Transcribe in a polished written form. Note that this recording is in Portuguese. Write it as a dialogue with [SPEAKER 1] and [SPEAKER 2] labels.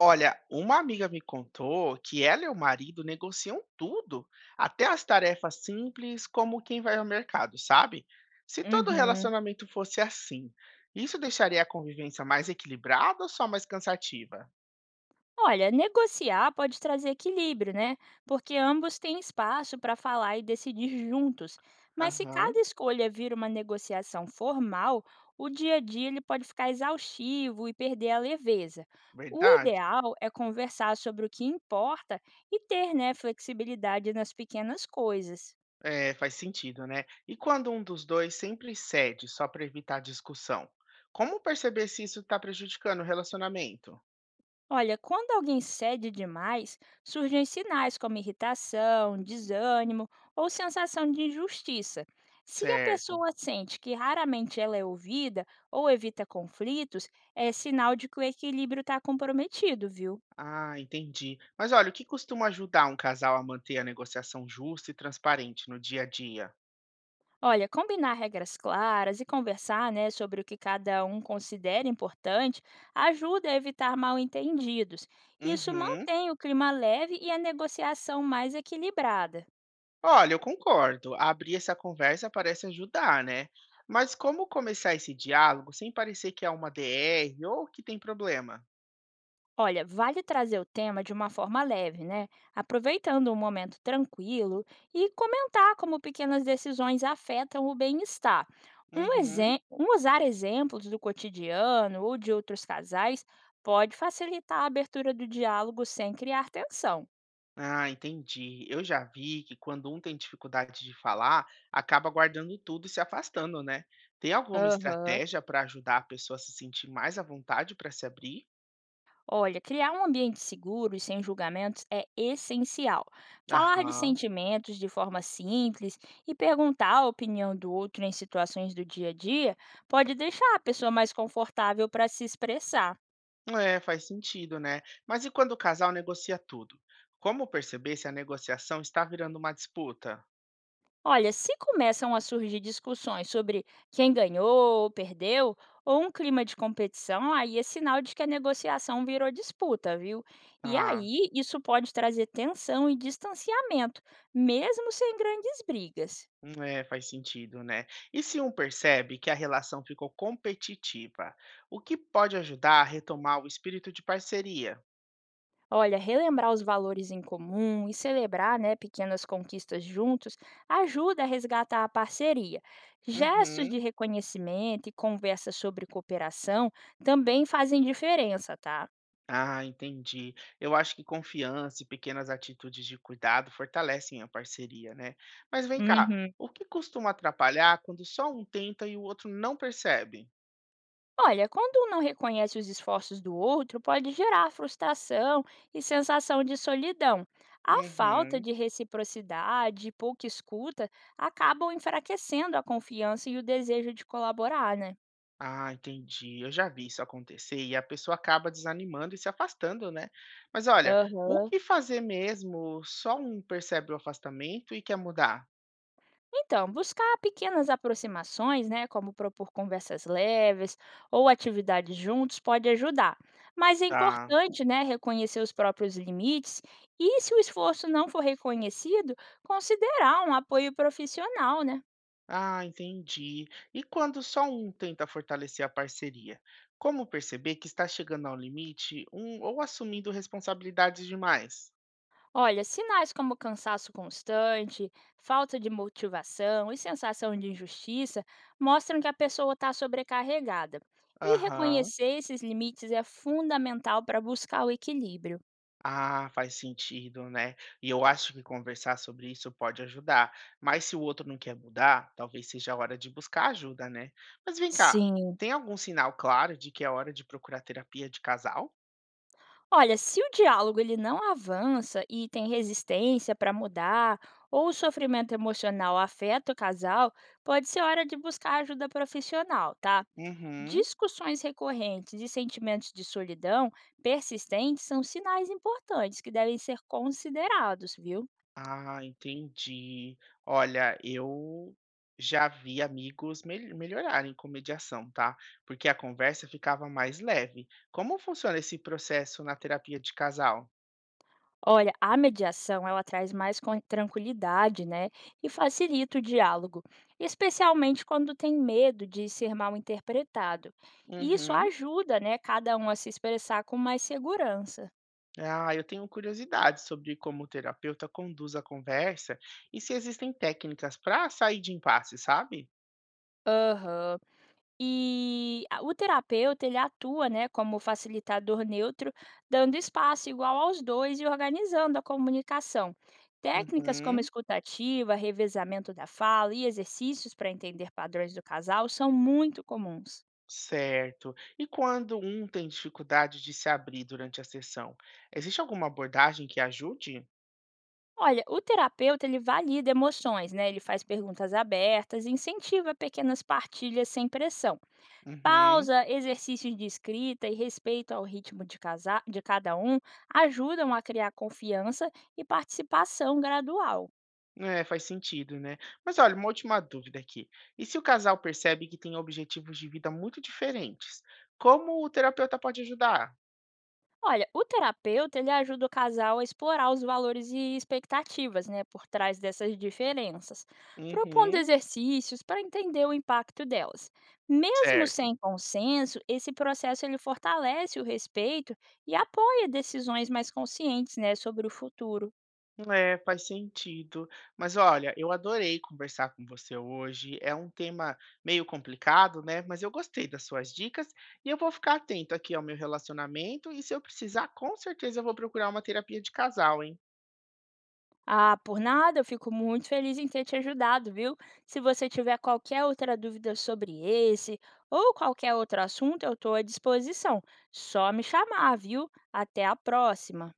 [SPEAKER 1] Olha, uma amiga me contou que ela e o marido negociam tudo, até as tarefas simples, como quem vai ao mercado, sabe? Se todo
[SPEAKER 2] Uhum.
[SPEAKER 1] relacionamento fosse assim, isso deixaria a convivência mais equilibrada ou só mais cansativa?
[SPEAKER 2] Olha, negociar pode trazer equilíbrio, né? Porque ambos têm espaço para falar e decidir juntos. Mas se
[SPEAKER 1] Aham,
[SPEAKER 2] cada escolha vira uma negociação formal, o dia a dia ele pode ficar exaustivo e perder a leveza. O
[SPEAKER 1] verdade.
[SPEAKER 2] ideal é conversar sobre o que importa e ter, né, flexibilidade nas pequenas coisas.
[SPEAKER 1] É, faz sentido, né? E quando um dos dois sempre cede só para evitar discussão? Como perceber se isso está prejudicando o relacionamento?
[SPEAKER 2] Olha, quando alguém cede demais, surgem sinais como irritação, desânimo ou sensação de injustiça. Se a
[SPEAKER 1] Certo.
[SPEAKER 2] pessoa sente que raramente ela é ouvida ou evita conflitos, é sinal de que o equilíbrio está comprometido, viu?
[SPEAKER 1] Ah, entendi. Mas olha, o que costuma ajudar um casal a manter a negociação justa e transparente no dia a dia?
[SPEAKER 2] Olha, combinar regras claras e conversar, né, sobre o que cada um considera importante ajuda a evitar mal-entendidos. Isso
[SPEAKER 1] Uhum.
[SPEAKER 2] mantém o clima leve e a negociação mais equilibrada.
[SPEAKER 1] Olha, eu concordo. Abrir essa conversa parece ajudar, né? Mas como começar esse diálogo sem parecer que é uma DR ou que tem problema?
[SPEAKER 2] Olha, vale trazer o tema de uma forma leve, né? Aproveitando um momento tranquilo e comentar como pequenas decisões afetam o bem-estar.
[SPEAKER 1] Uhum.
[SPEAKER 2] Usar exemplos do cotidiano ou de outros casais pode facilitar a abertura do diálogo sem criar tensão.
[SPEAKER 1] Ah, entendi. Eu já vi que quando um tem dificuldade de falar, acaba guardando tudo e se afastando, né? Tem alguma
[SPEAKER 2] Aham.
[SPEAKER 1] estratégia para ajudar a pessoa a se sentir mais à vontade para se abrir?
[SPEAKER 2] Olha, criar um ambiente seguro e sem julgamentos é essencial. Falar de
[SPEAKER 1] Aham.
[SPEAKER 2] sentimentos de forma simples e perguntar a opinião do outro em situações do dia a dia pode deixar a pessoa mais confortável para se expressar.
[SPEAKER 1] É, faz sentido, né? Mas e quando o casal negocia tudo? Como perceber se a negociação está virando uma disputa?
[SPEAKER 2] Olha, se começam a surgir discussões sobre quem ganhou ou perdeu, ou um clima de competição, aí é sinal de que a negociação virou disputa, viu? E
[SPEAKER 1] Ah,
[SPEAKER 2] aí isso pode trazer tensão e distanciamento, mesmo sem grandes brigas.
[SPEAKER 1] é, faz sentido, né? E se um percebe que a relação ficou competitiva, o que pode ajudar a retomar o espírito de parceria?
[SPEAKER 2] Olha, relembrar os valores em comum e celebrar, né, pequenas conquistas juntos ajuda a resgatar a parceria. Gestos
[SPEAKER 1] Uhum.
[SPEAKER 2] de reconhecimento e conversas sobre cooperação também fazem diferença, tá?
[SPEAKER 1] Ah, entendi. Eu acho que confiança e pequenas atitudes de cuidado fortalecem a parceria, né? Mas vem cá,
[SPEAKER 2] Uhum.
[SPEAKER 1] o que costuma atrapalhar quando só um tenta e o outro não percebe?
[SPEAKER 2] Olha, quando um não reconhece os esforços do outro, pode gerar frustração e sensação de solidão. A falta
[SPEAKER 1] Uhum.
[SPEAKER 2] de reciprocidade e pouca escuta acabam enfraquecendo a confiança e o desejo de colaborar, né?
[SPEAKER 1] Ah, entendi. Eu já vi isso acontecer e a pessoa acaba desanimando e se afastando, né? Mas olha, o
[SPEAKER 2] Aham.
[SPEAKER 1] que fazer mesmo? Só um percebe o afastamento e quer mudar,
[SPEAKER 2] Então, buscar pequenas aproximações, né, como propor conversas leves ou atividades juntos pode ajudar. Mas é
[SPEAKER 1] tá?
[SPEAKER 2] importante, né, reconhecer os próprios limites e, se o esforço não for reconhecido, considerar um apoio profissional, né?
[SPEAKER 1] Ah, entendi. E quando só um tenta fortalecer a parceria? Como perceber que está chegando ao limite, um ou assumindo responsabilidades demais?
[SPEAKER 2] Olha, sinais como cansaço constante, falta de motivação e sensação de injustiça mostram que a pessoa está sobrecarregada. E
[SPEAKER 1] Aham.
[SPEAKER 2] reconhecer esses limites é fundamental para buscar o equilíbrio.
[SPEAKER 1] Ah, faz sentido, né? E eu acho que conversar sobre isso pode ajudar. Mas se o outro não quer mudar, talvez seja a hora de buscar ajuda, né? Mas vem cá,
[SPEAKER 2] Sim.
[SPEAKER 1] tem algum sinal claro de que é hora de procurar terapia de casal?
[SPEAKER 2] Olha, se o diálogo ele não avança e tem resistência para mudar, ou o sofrimento emocional afeta o casal, pode ser hora de buscar ajuda profissional, tá?
[SPEAKER 1] Uhum.
[SPEAKER 2] Discussões recorrentes e sentimentos de solidão persistentes são sinais importantes que devem ser considerados, viu?
[SPEAKER 1] Ah, entendi. Olha, eu já vi amigos melhorarem com mediação, tá? Porque a conversa ficava mais leve. Como funciona esse processo na terapia de casal?
[SPEAKER 2] Olha, a mediação ela traz mais tranquilidade, né? E facilita o diálogo, especialmente quando tem medo de ser mal interpretado. E isso
[SPEAKER 1] Uhum.
[SPEAKER 2] ajuda, né, cada um a se expressar com mais segurança.
[SPEAKER 1] Ah, eu tenho curiosidade sobre como o terapeuta conduz a conversa e se existem técnicas para sair de impasse, sabe?
[SPEAKER 2] Aham. E a o terapeuta, ele atua, né, como facilitador neutro, dando espaço igual aos 2 e organizando a comunicação. Técnicas como
[SPEAKER 1] Uhum,
[SPEAKER 2] escutativa, revezamento da fala e exercícios para entender padrões do casal são muito comuns.
[SPEAKER 1] certo. E quando um tem dificuldade de se abrir durante a sessão, existe alguma abordagem que ajude?
[SPEAKER 2] Olha, o terapeuta ele valida emoções, né? Ele faz perguntas abertas e incentiva pequenas partilhas sem pressão.
[SPEAKER 1] Uhum.
[SPEAKER 2] Pausa, exercícios de escrita e respeito ao ritmo de, de cada um ajudam a criar confiança e participação gradual.
[SPEAKER 1] É, faz sentido, né? Mas olha, uma última dúvida aqui. E se o casal percebe que tem objetivos de vida muito diferentes, como o terapeuta pode ajudar?
[SPEAKER 2] Olha, o terapeuta ele ajuda o casal a explorar os valores e expectativas, né, por trás dessas diferenças, propondo
[SPEAKER 1] Uhum,
[SPEAKER 2] exercícios para entender o impacto delas. Mesmo
[SPEAKER 1] certo.
[SPEAKER 2] sem consenso, esse processo ele fortalece o respeito e apoia decisões mais conscientes, né, sobre o futuro.
[SPEAKER 1] É, faz sentido. Mas olha, eu adorei conversar com você hoje. É um tema meio complicado, né? Mas eu gostei das suas dicas e eu vou ficar atento aqui ao meu relacionamento. E se eu precisar, com certeza eu vou procurar uma terapia de casal, hein?
[SPEAKER 2] Ah, por nada, eu fico muito feliz em ter te ajudado, viu? Se você tiver qualquer outra dúvida sobre esse ou qualquer outro assunto, eu estou à disposição. Só me chamar, viu? Até a próxima!